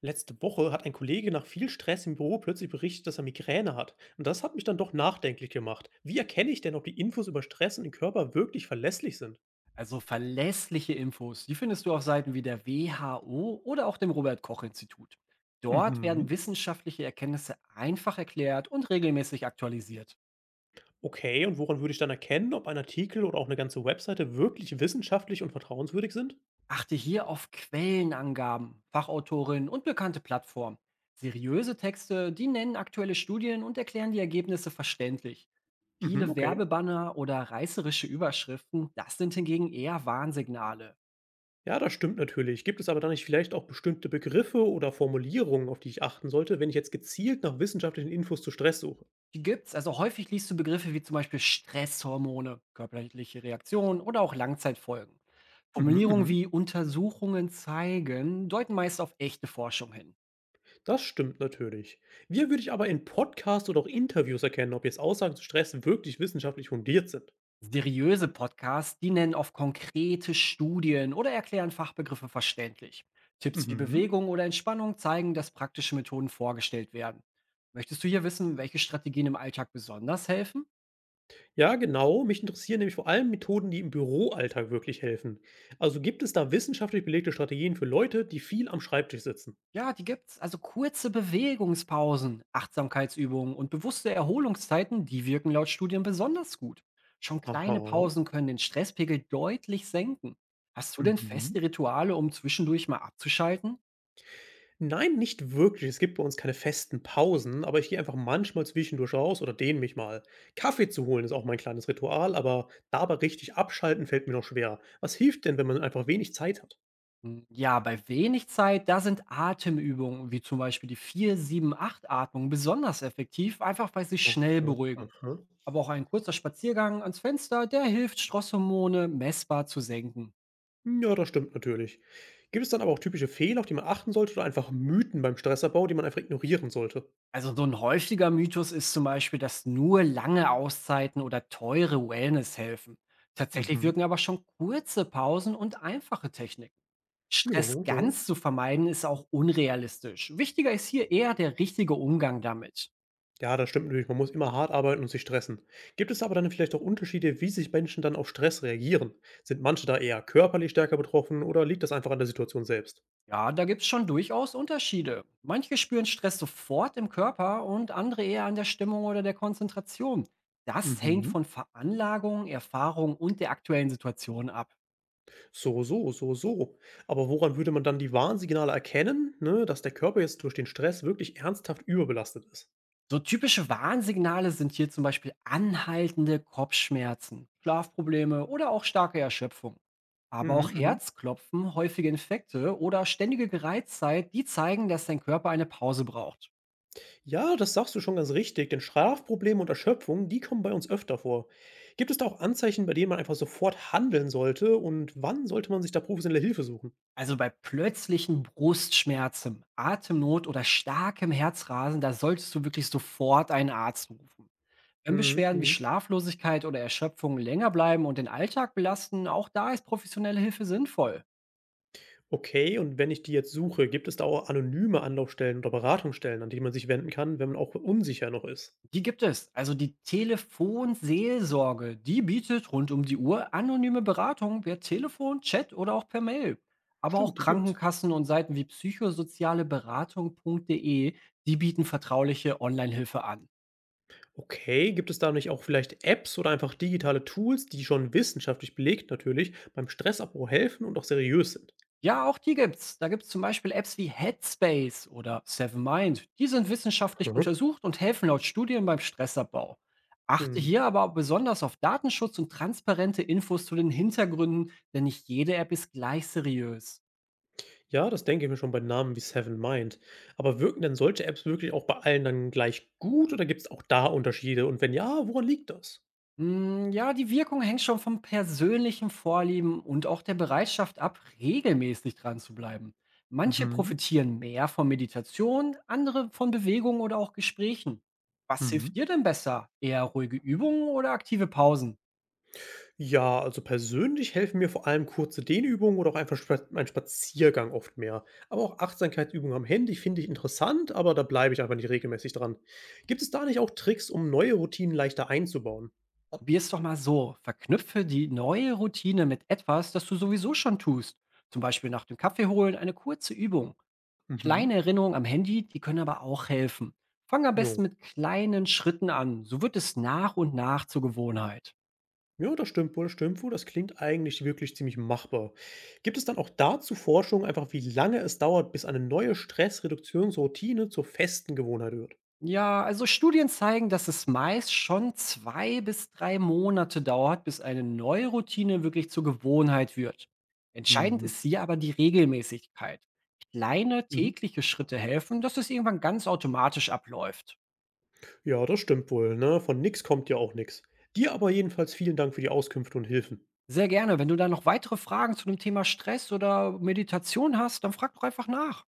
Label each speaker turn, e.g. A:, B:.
A: Letzte Woche hat ein Kollege nach viel Stress im Büro plötzlich berichtet, dass er Migräne hat. Und das hat mich dann doch nachdenklich gemacht. Wie erkenne ich denn, ob die Infos über Stress und den Körper wirklich verlässlich sind?
B: Also verlässliche Infos, die findest du auf Seiten wie der WHO oder auch dem Robert Koch Institut. Dort
A: Mhm.
B: werden wissenschaftliche Erkenntnisse einfach erklärt und regelmäßig aktualisiert.
A: Okay, und woran würde ich dann erkennen, ob ein Artikel oder auch eine ganze Webseite wirklich wissenschaftlich und vertrauenswürdig sind?
B: Achte hier auf Quellenangaben, Fachautorinnen und bekannte Plattformen. Seriöse Texte, die nennen aktuelle Studien und erklären die Ergebnisse verständlich.
A: Hm, mhm.
B: Viele
A: Okay.
B: Werbebanner oder reißerische Überschriften, das sind hingegen eher Warnsignale.
A: Ja, das stimmt natürlich. Gibt es aber dann nicht vielleicht auch bestimmte Begriffe oder Formulierungen, auf die ich achten sollte, wenn ich jetzt gezielt nach wissenschaftlichen Infos zu Stress suche?
B: Die gibt's. Also häufig liest du Begriffe wie zum Beispiel Stresshormone, körperliche Reaktionen oder auch Langzeitfolgen.
A: Mhm.
B: Formulierungen
A: Mhm.
B: wie Untersuchungen zeigen deuten meist auf echte Forschung hin.
A: Das stimmt natürlich. Wie würde ich aber in Podcasts oder auch Interviews erkennen, ob jetzt Aussagen zu Stress wirklich wissenschaftlich fundiert sind?
B: Seriöse Podcasts, die nennen oft konkrete Studien oder erklären Fachbegriffe verständlich. Tipps wie
A: Mhm.
B: Bewegung oder Entspannung zeigen, dass praktische Methoden vorgestellt werden. Möchtest du hier wissen, welche Strategien im Alltag besonders helfen?
A: Ja, genau. Mich interessieren nämlich vor allem Methoden, die im Büroalltag wirklich helfen. Also gibt es da wissenschaftlich belegte Strategien für Leute, die viel am Schreibtisch sitzen?
B: Ja, die gibt's. Also kurze Bewegungspausen, Achtsamkeitsübungen und bewusste Erholungszeiten, die wirken laut Studien besonders gut. Schon
A: Aha.
B: kleine Pausen können den Stresspegel deutlich senken. Hast du denn
A: Mhm.
B: feste Rituale, um zwischendurch mal abzuschalten?
A: Nein, nicht wirklich. Es gibt bei uns keine festen Pausen, aber ich gehe einfach manchmal zwischendurch raus oder dehne mich mal. Kaffee zu holen ist auch mein kleines Ritual, aber dabei richtig abschalten fällt mir noch schwer. Was hilft denn, wenn man einfach wenig Zeit hat?
B: Ja, bei wenig Zeit, da sind Atemübungen, wie zum Beispiel die 4-7-8-Atmung, besonders effektiv, einfach weil sie schnell
A: Aha,
B: beruhigen.
A: aha.
B: Aber auch ein kurzer Spaziergang ans Fenster, der hilft, Stresshormone messbar zu senken.
A: Ja, das stimmt natürlich. Gibt es dann aber auch typische Fehler, auf die man achten sollte oder einfach Mythen beim Stressabbau, die man einfach ignorieren sollte?
B: Also so ein häufiger Mythos ist zum Beispiel, dass nur lange Auszeiten oder teure Wellness helfen. Tatsächlich
A: Mhm.
B: wirken aber schon kurze Pausen und einfache Techniken.
A: Ja,
B: Stress
A: ja.
B: ganz zu vermeiden ist auch unrealistisch. Wichtiger ist hier eher der richtige Umgang damit.
A: Ja, das stimmt natürlich. Man muss immer hart arbeiten und sich stressen. Gibt es aber dann vielleicht auch Unterschiede, wie sich Menschen dann auf Stress reagieren? Sind manche da eher körperlich stärker betroffen oder liegt das einfach an der Situation selbst?
B: Ja, da gibt es schon durchaus Unterschiede. Manche spüren Stress sofort im Körper und andere eher an der Stimmung oder der Konzentration. Das hängt
A: Mhm.
B: von Veranlagung, Erfahrung und der aktuellen Situation ab.
A: So, so, so, so. Aber woran würde man dann die Warnsignale erkennen, ne, dass der Körper jetzt durch den Stress wirklich ernsthaft überbelastet ist?
B: So typische Warnsignale sind hier zum Beispiel anhaltende Kopfschmerzen, Schlafprobleme oder auch starke Erschöpfung. Aber
A: Mhm,
B: auch
A: mhm.
B: Herzklopfen, häufige Infekte oder ständige Gereiztheit, die zeigen, dass dein Körper eine Pause braucht.
A: Ja, das sagst du schon ganz richtig, denn Schlafprobleme und Erschöpfung, die kommen bei uns öfter vor. Gibt es da auch Anzeichen, bei denen man einfach sofort handeln sollte und wann sollte man sich da professionelle Hilfe suchen?
B: Also bei plötzlichen Brustschmerzen, Atemnot oder starkem Herzrasen, da solltest du wirklich sofort einen Arzt rufen. Wenn
A: Mhm,
B: Beschwerden wie
A: mhm.
B: Schlaflosigkeit oder Erschöpfung länger bleiben und den Alltag belasten, auch da ist professionelle Hilfe sinnvoll.
A: Okay, und wenn ich die jetzt suche, gibt es da auch anonyme Anlaufstellen oder Beratungsstellen, an die man sich wenden kann, wenn man auch unsicher noch ist?
B: Die gibt es. Also die Telefonseelsorge, die bietet rund um die Uhr anonyme Beratung per Telefon, Chat oder auch per Mail. Aber auch
A: Stimmt, die gibt's.
B: Krankenkassen und Seiten wie psychosozialeberatung.de, die bieten vertrauliche Online-Hilfe an.
A: Okay, gibt es da nicht auch vielleicht Apps oder einfach digitale Tools, die schon wissenschaftlich belegt natürlich beim Stressabbau helfen und auch seriös sind?
B: Ja, auch die gibt's. Da gibt's zum Beispiel Apps wie Headspace oder Seven Mind. Die sind wissenschaftlich
A: Mhm.
B: untersucht und helfen laut Studien beim Stressabbau. Achte
A: Hm.
B: hier aber besonders auf Datenschutz und transparente Infos zu den Hintergründen, denn nicht jede App ist gleich seriös.
A: Ja, das denke ich mir schon bei Namen wie Seven Mind. Aber wirken denn solche Apps wirklich auch bei allen dann gleich gut oder gibt es auch da Unterschiede? Und wenn ja, woran liegt das?
B: Hm, ja, die Wirkung hängt schon vom persönlichen Vorlieben und auch der Bereitschaft ab, regelmäßig dran zu bleiben. Manche
A: Mhm.
B: profitieren mehr von Meditation, andere von Bewegung oder auch Gesprächen. Was hilft dir
A: Mhm.
B: denn besser? Eher ruhige Übungen oder aktive Pausen?
A: Ja, also persönlich helfen mir vor allem kurze Dehnübungen oder auch einfach spa mein Spaziergang oft mehr. Aber auch Achtsamkeitsübungen am Handy finde ich interessant, aber da bleibe ich einfach nicht regelmäßig dran. Gibt es da nicht auch Tricks, um neue Routinen leichter einzubauen?
B: Probier's doch mal so. Verknüpfe die neue Routine mit etwas, das du sowieso schon tust. Zum Beispiel nach dem Kaffee holen eine kurze Übung. Kleine
A: Mhm.
B: Erinnerungen am Handy, die können aber auch helfen. Fang am
A: Ja.
B: besten mit kleinen Schritten an. So wird es nach und nach zur Gewohnheit.
A: Ja, das stimmt wohl, das stimmt wohl. Das klingt eigentlich wirklich ziemlich machbar. Gibt es dann auch dazu Forschung, einfach wie lange es dauert, bis eine neue Stressreduktionsroutine zur festen Gewohnheit wird?
B: Ja, also Studien zeigen, dass es meist schon 2 bis 3 Monate dauert, bis eine neue Routine wirklich zur Gewohnheit wird. Entscheidend
A: Mhm.
B: ist hier aber die Regelmäßigkeit. Kleine
A: Mhm.
B: tägliche Schritte helfen, dass es irgendwann ganz automatisch abläuft.
A: Ja, das stimmt wohl, ne? Von nix kommt ja auch nix. Dir aber jedenfalls vielen Dank für die Auskünfte und Hilfen.
B: Sehr gerne. Wenn du da noch weitere Fragen zu dem Thema Stress oder Meditation hast, dann frag doch einfach nach.